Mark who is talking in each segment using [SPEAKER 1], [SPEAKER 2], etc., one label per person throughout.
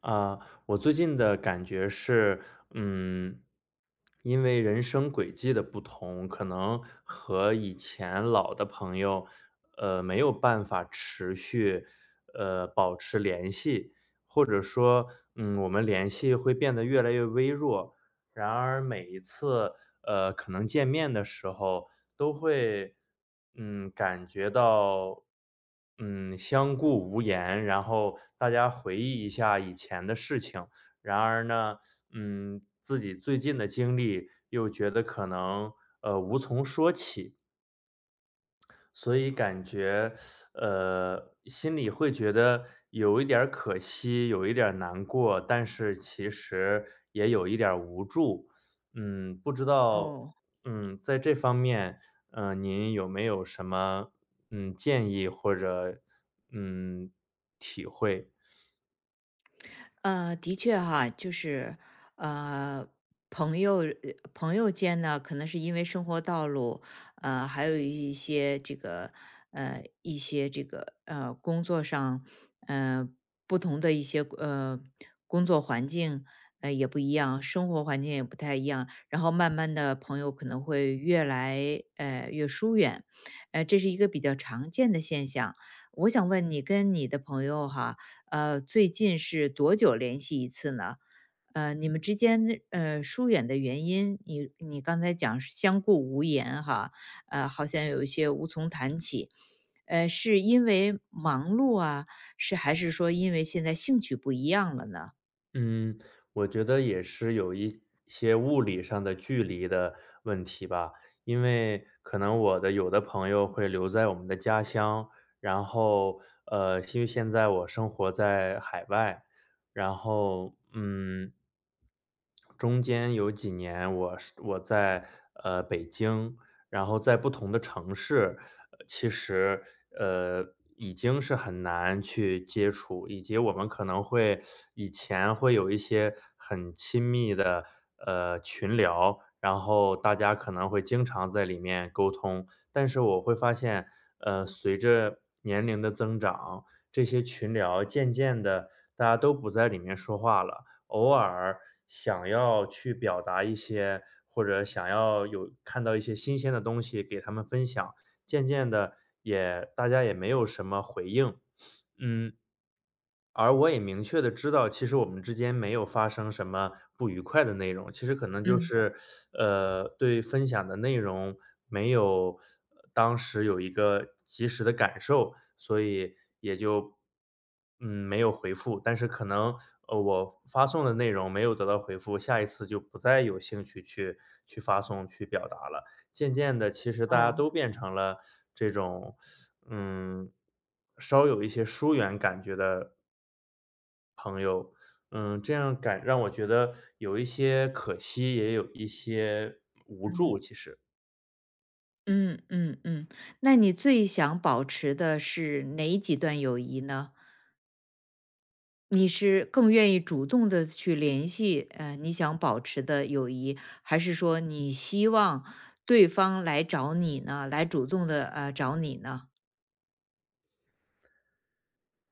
[SPEAKER 1] 啊，我最近的感觉是，嗯，因为人生轨迹的不同，可能和以前老的朋友，没有办法持续，保持联系，或者说，我们联系会变得越来越微弱。然而每一次，可能见面的时候都会，感觉到，相顾无言，然后大家回忆一下以前的事情。然而呢，自己最近的经历又觉得可能，无从说起。所以感觉，心里会觉得有一点儿可惜，有一点儿难过，但是其实也有一点儿无助。不知道，
[SPEAKER 2] 哦。
[SPEAKER 1] 在这方面，您有没有什么建议或者嗯体会？
[SPEAKER 2] 的确哈，就是呃，朋友朋友间呢，可能是因为生活道路，还有一些这个工作上，呃不同的一些工作环境，也不一样，生活环境也不太一样，然后慢慢的朋友可能会越来越疏远。这是一个比较常见的现象。我想问你，跟你的朋友哈。最近是多久联系一次呢？你们之间疏远的原因，你刚才讲是相顾无言哈，好像有一些无从谈起。是因为忙碌啊，是还是说因为现在兴趣不一样了呢？
[SPEAKER 1] 嗯，我觉得也是有一些物理上的距离的问题吧，因为可能我的有的朋友会留在我们的家乡，然后因为现在我生活在海外，然后中间有几年我在北京，然后在不同的城市，其实呃已经是很难去接触，以及我们可能会以前会有一些很亲密的群聊，然后大家可能会经常在里面沟通，但是我会发现，随着年龄的增长，这些群聊渐渐的大家都不在里面说话了。偶尔想要去表达一些，或者想要有看到一些新鲜的东西给他们分享，渐渐的大家也没有什么回应。嗯，而我也明确的知道，其实我们之间没有发生什么不愉快的内容，其实可能就
[SPEAKER 2] 嗯。
[SPEAKER 1] 是，对分享的内容没有当时有一个及时的感受，所以也就，没有回复。但是可能，我发送的内容没有得到回复，下一次就不再有兴趣去发送、去表达了。渐渐的，其实大家
[SPEAKER 2] 哦。
[SPEAKER 1] 都变成了这种，嗯，稍有一些疏远感觉的朋友，这样感让我觉得有一些可惜，也有一些无
[SPEAKER 2] 嗯
[SPEAKER 1] 助，其实。
[SPEAKER 2] 嗯嗯嗯，那你最想保持的是哪几段友谊呢？你是更愿意主动的去联系，你想保持的友谊，还是说你希望对方来找你呢？来主动的找你呢？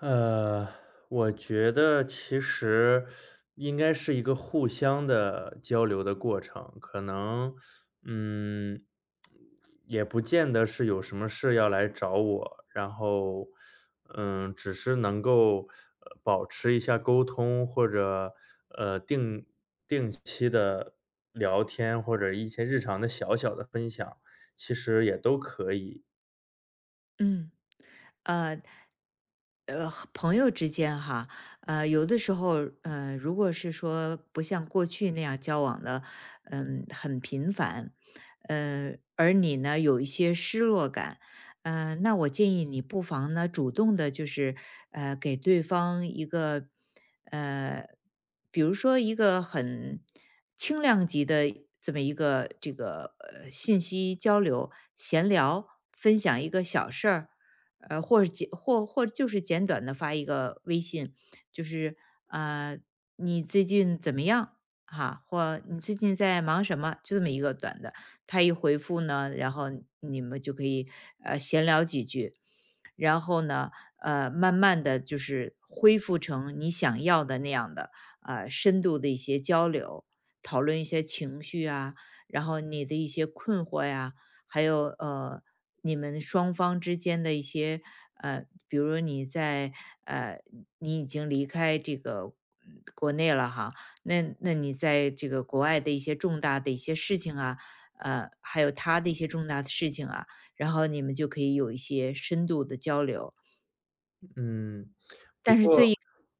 [SPEAKER 1] 呃，我觉得其实应该是一个互相的交流的过程，可能，嗯，也不见得是有什么事要来找我，然后，只是能够保持一下沟通，或者呃定定期的聊天，或者一些日常的小小的分享，其实也都可以，
[SPEAKER 2] 嗯。呃朋友之间哈，有的时候，如果是说不像过去那样交往的，嗯，很频繁，而你呢有一些失落感，那我建议你不妨呢主动的，就是给对方一个，呃，比如说一个很轻量级的这么一个这个信息交流、闲聊，分享一个小事儿，或者简或或就是简短的发一个微信，就是呃，你最近怎么样？哈，或你最近在忙什么？就这么一个短的，他一回复呢，然后你们就可以闲聊几句，然后呢，慢慢的就是恢复成你想要的那样的深度的一些交流，讨论一些情绪啊，然后你的一些困惑呀，还有你们双方之间的一些比如你在呃，你已经离开这个嗯国内了哈，那你在这个国外的一些重大的一些事情啊，还有他的一些重大的事情啊，然后你们就可以有一些深度的交流。
[SPEAKER 1] 嗯。
[SPEAKER 2] 但是最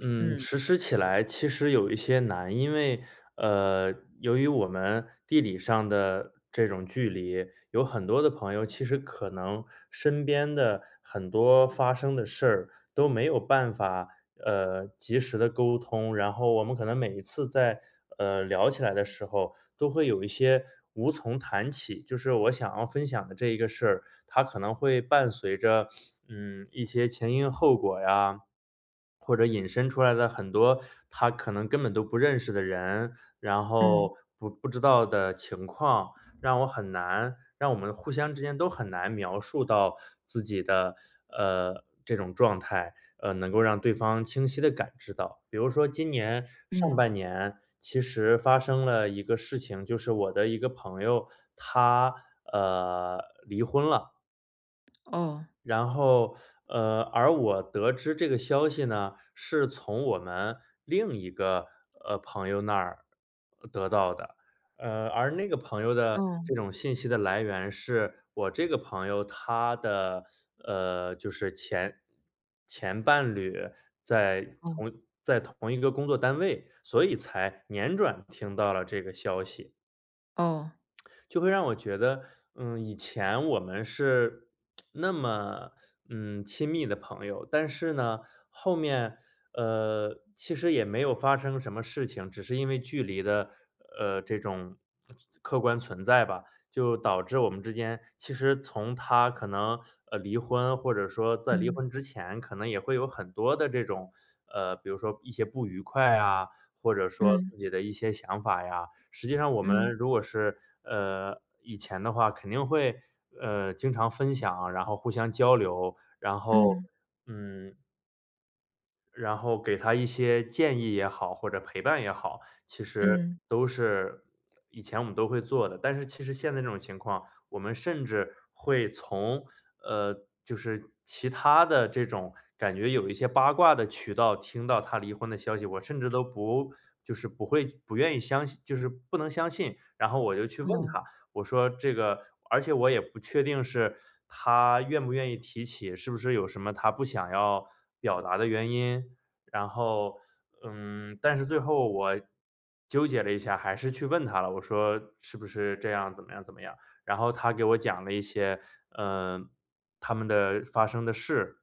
[SPEAKER 1] 嗯，
[SPEAKER 2] 嗯
[SPEAKER 1] 实施起来其实有一些难，因为，呃，由于我们地理上的这种距离，有很多的朋友其实可能身边的很多发生的事儿都没有办法，及时的沟通，然后我们可能每一次在，聊起来的时候，都会有一些无从谈起。就是我想要分享的这一个事儿，它可能会伴随着，一些前因后果呀。或者引申出来的很多他可能根本都不认识的人，然
[SPEAKER 2] 嗯
[SPEAKER 1] 后不知道的情况，让我们互相之间都很难描述到自己的，这种状态，能够让对方清晰的感知到。比如说今年上
[SPEAKER 2] 嗯。
[SPEAKER 1] 半年，其实发生了一个事情，就是我的一个朋友，他呃，离婚了。
[SPEAKER 2] 哦
[SPEAKER 1] 然后，而我得知这个消息呢，是从我们另一个，朋友那儿得到的。而那个朋友的
[SPEAKER 2] 哦
[SPEAKER 1] 这种信息的来源是我这个朋友他的，就是前伴侣在
[SPEAKER 2] 哦
[SPEAKER 1] 同在同一个工作单位，所以才辗转听到了这个消息。
[SPEAKER 2] 哦。
[SPEAKER 1] 就会让我觉得，以前我们是那么亲密的朋友，但是呢，后面其实也没有发生什么事情，只是因为距离的这种客观存在吧，就导致我们之间其实从他可能离婚，或者说在离
[SPEAKER 2] 嗯
[SPEAKER 1] 婚之前，可能也会有很多的这种，比如说一些不愉快啊，或者说自
[SPEAKER 2] 嗯
[SPEAKER 1] 己的一些想法呀。实际上我们
[SPEAKER 2] 嗯
[SPEAKER 1] 如果是，以前的话肯定会，经常分享，然后互相交流，然后，
[SPEAKER 2] 嗯
[SPEAKER 1] 嗯，给他一些建议也好，或者陪伴也好，其实
[SPEAKER 2] 嗯。
[SPEAKER 1] 都是以前我们都会做的。但是其实现在这种情况，我们甚至会从就是其他的这种感觉有一些八卦的渠道听到他离婚的消息，我甚至都不就是不会不愿意相信，就是不能相信。然后我就去问
[SPEAKER 2] 哦
[SPEAKER 1] 他，我说这个而且我也不确定是他愿不愿意提起，是不是有什么他不想要表达的原因。然后，但是最后我纠结了一下，还是去问他了，我说是不是这样，怎么样，怎么样？然后他给我讲了一些，嗯、他们的发生的事，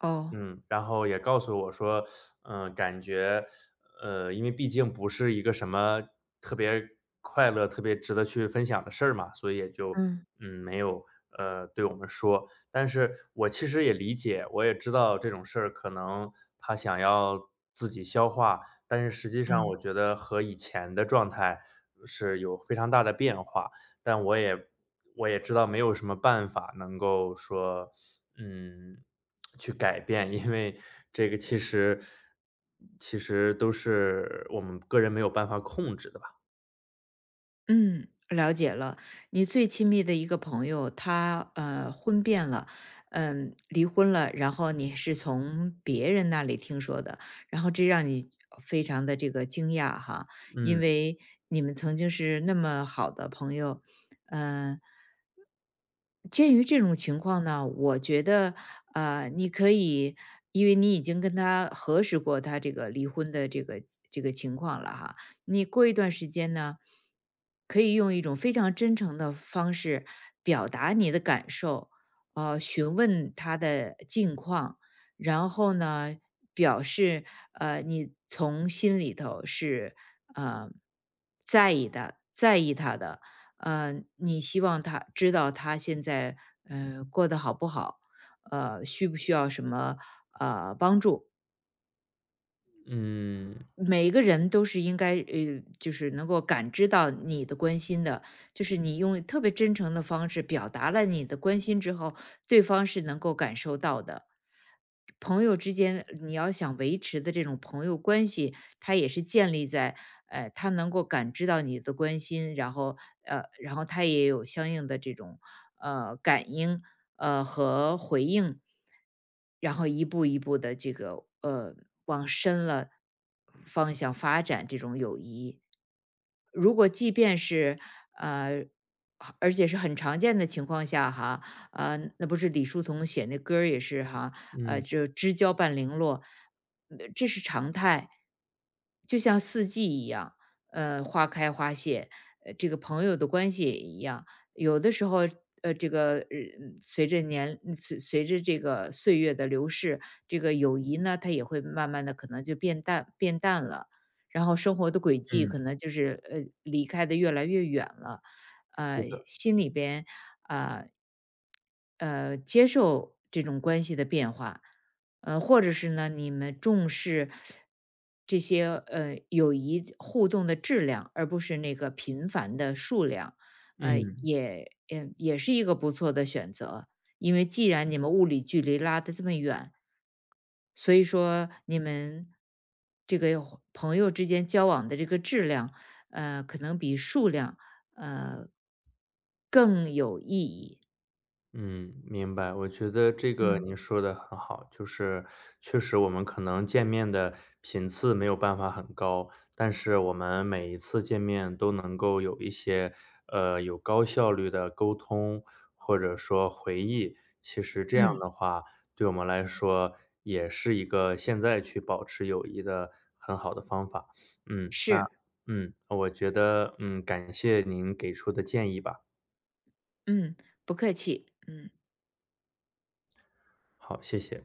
[SPEAKER 2] 哦。
[SPEAKER 1] 嗯，然后也告诉我说，感觉，因为毕竟不是一个什么特别快乐、特别值得去分享的事儿嘛，所以也就，
[SPEAKER 2] 嗯
[SPEAKER 1] 没有，对我们说。但是我其实也理解，我也知道这种事儿可能他想要自己消化，但是实际上
[SPEAKER 2] 嗯。
[SPEAKER 1] 我觉得和以前的状态是有非常大的变化。但我也知道没有什么办法能够说，嗯，去改变，因为这个其实都是我们个人没有办法控制的吧。
[SPEAKER 2] 嗯，了解了。你最亲密的一个朋友，他婚变了，嗯，离婚了，然后你是从别人那里听说的，然后这让你非常的这个惊讶哈，
[SPEAKER 1] 嗯，
[SPEAKER 2] 因为你们曾经是那么好的朋友。嗯、鉴于这种情况呢，我觉得，你可以，因为你已经跟他核实过他这个离婚的这个情况了哈，你过一段时间呢，可以用一种非常真诚的方式表达你的感受，询问他的近况，然后呢，表示你从心里头是呃在意的，在意他的，你希望他知道他现在嗯，过得好不好，需不需要什么帮助。
[SPEAKER 1] 嗯，
[SPEAKER 2] 每一个人都是应该，就是能够感知到你的关心的，就是你用特别真诚的方式表达了你的关心之后，对方是能够感受到的。朋友之间，你要想维持的这种朋友关系，它也是建立在，他能够感知到你的关心，然后，然后他也有相应的这种，感应，和回应。然后一步一步的这个，往深了方向发展这种友谊。如果即便是，呃，而且是很常见的情况下哈，那不是李叔同写那歌儿也是哈，
[SPEAKER 1] 嗯，
[SPEAKER 2] 就知交半零落，这是常态。就像四季一样，花开花谢，这个朋友的关系也一样。有的时候，呃，这个呃随着这个岁月的流逝，这个友谊呢，它也会慢慢的可能就变淡了，然后生活的轨迹
[SPEAKER 1] 嗯，
[SPEAKER 2] 可能就是离开的越来越远了，
[SPEAKER 1] 是的，
[SPEAKER 2] 心里边呃接受这种关系的变化，或者是呢，你们重视这些友谊互动的质量，而不是那个频繁的数量。
[SPEAKER 1] 嗯。
[SPEAKER 2] 也是一个不错的选择。因为既然你嗯们物理距离拉得这么远，所以说你们这个朋友之间交往的这个质量，可能比数量更有意义。
[SPEAKER 1] 嗯，明白。我觉得这个
[SPEAKER 2] 嗯。
[SPEAKER 1] 您说的很好，就是确实我们可能见面的频次没有办法很高，但是我们每一次见面都能够有一些，有高效率的沟通，或者说回忆。其实这样
[SPEAKER 2] 嗯，
[SPEAKER 1] 的话，对我们来说也是一个现在去保持友谊的很好的方法。那
[SPEAKER 2] 是，
[SPEAKER 1] 我觉得，感谢您给出的建议吧。
[SPEAKER 2] 嗯，不客气，嗯。
[SPEAKER 1] 好，谢谢。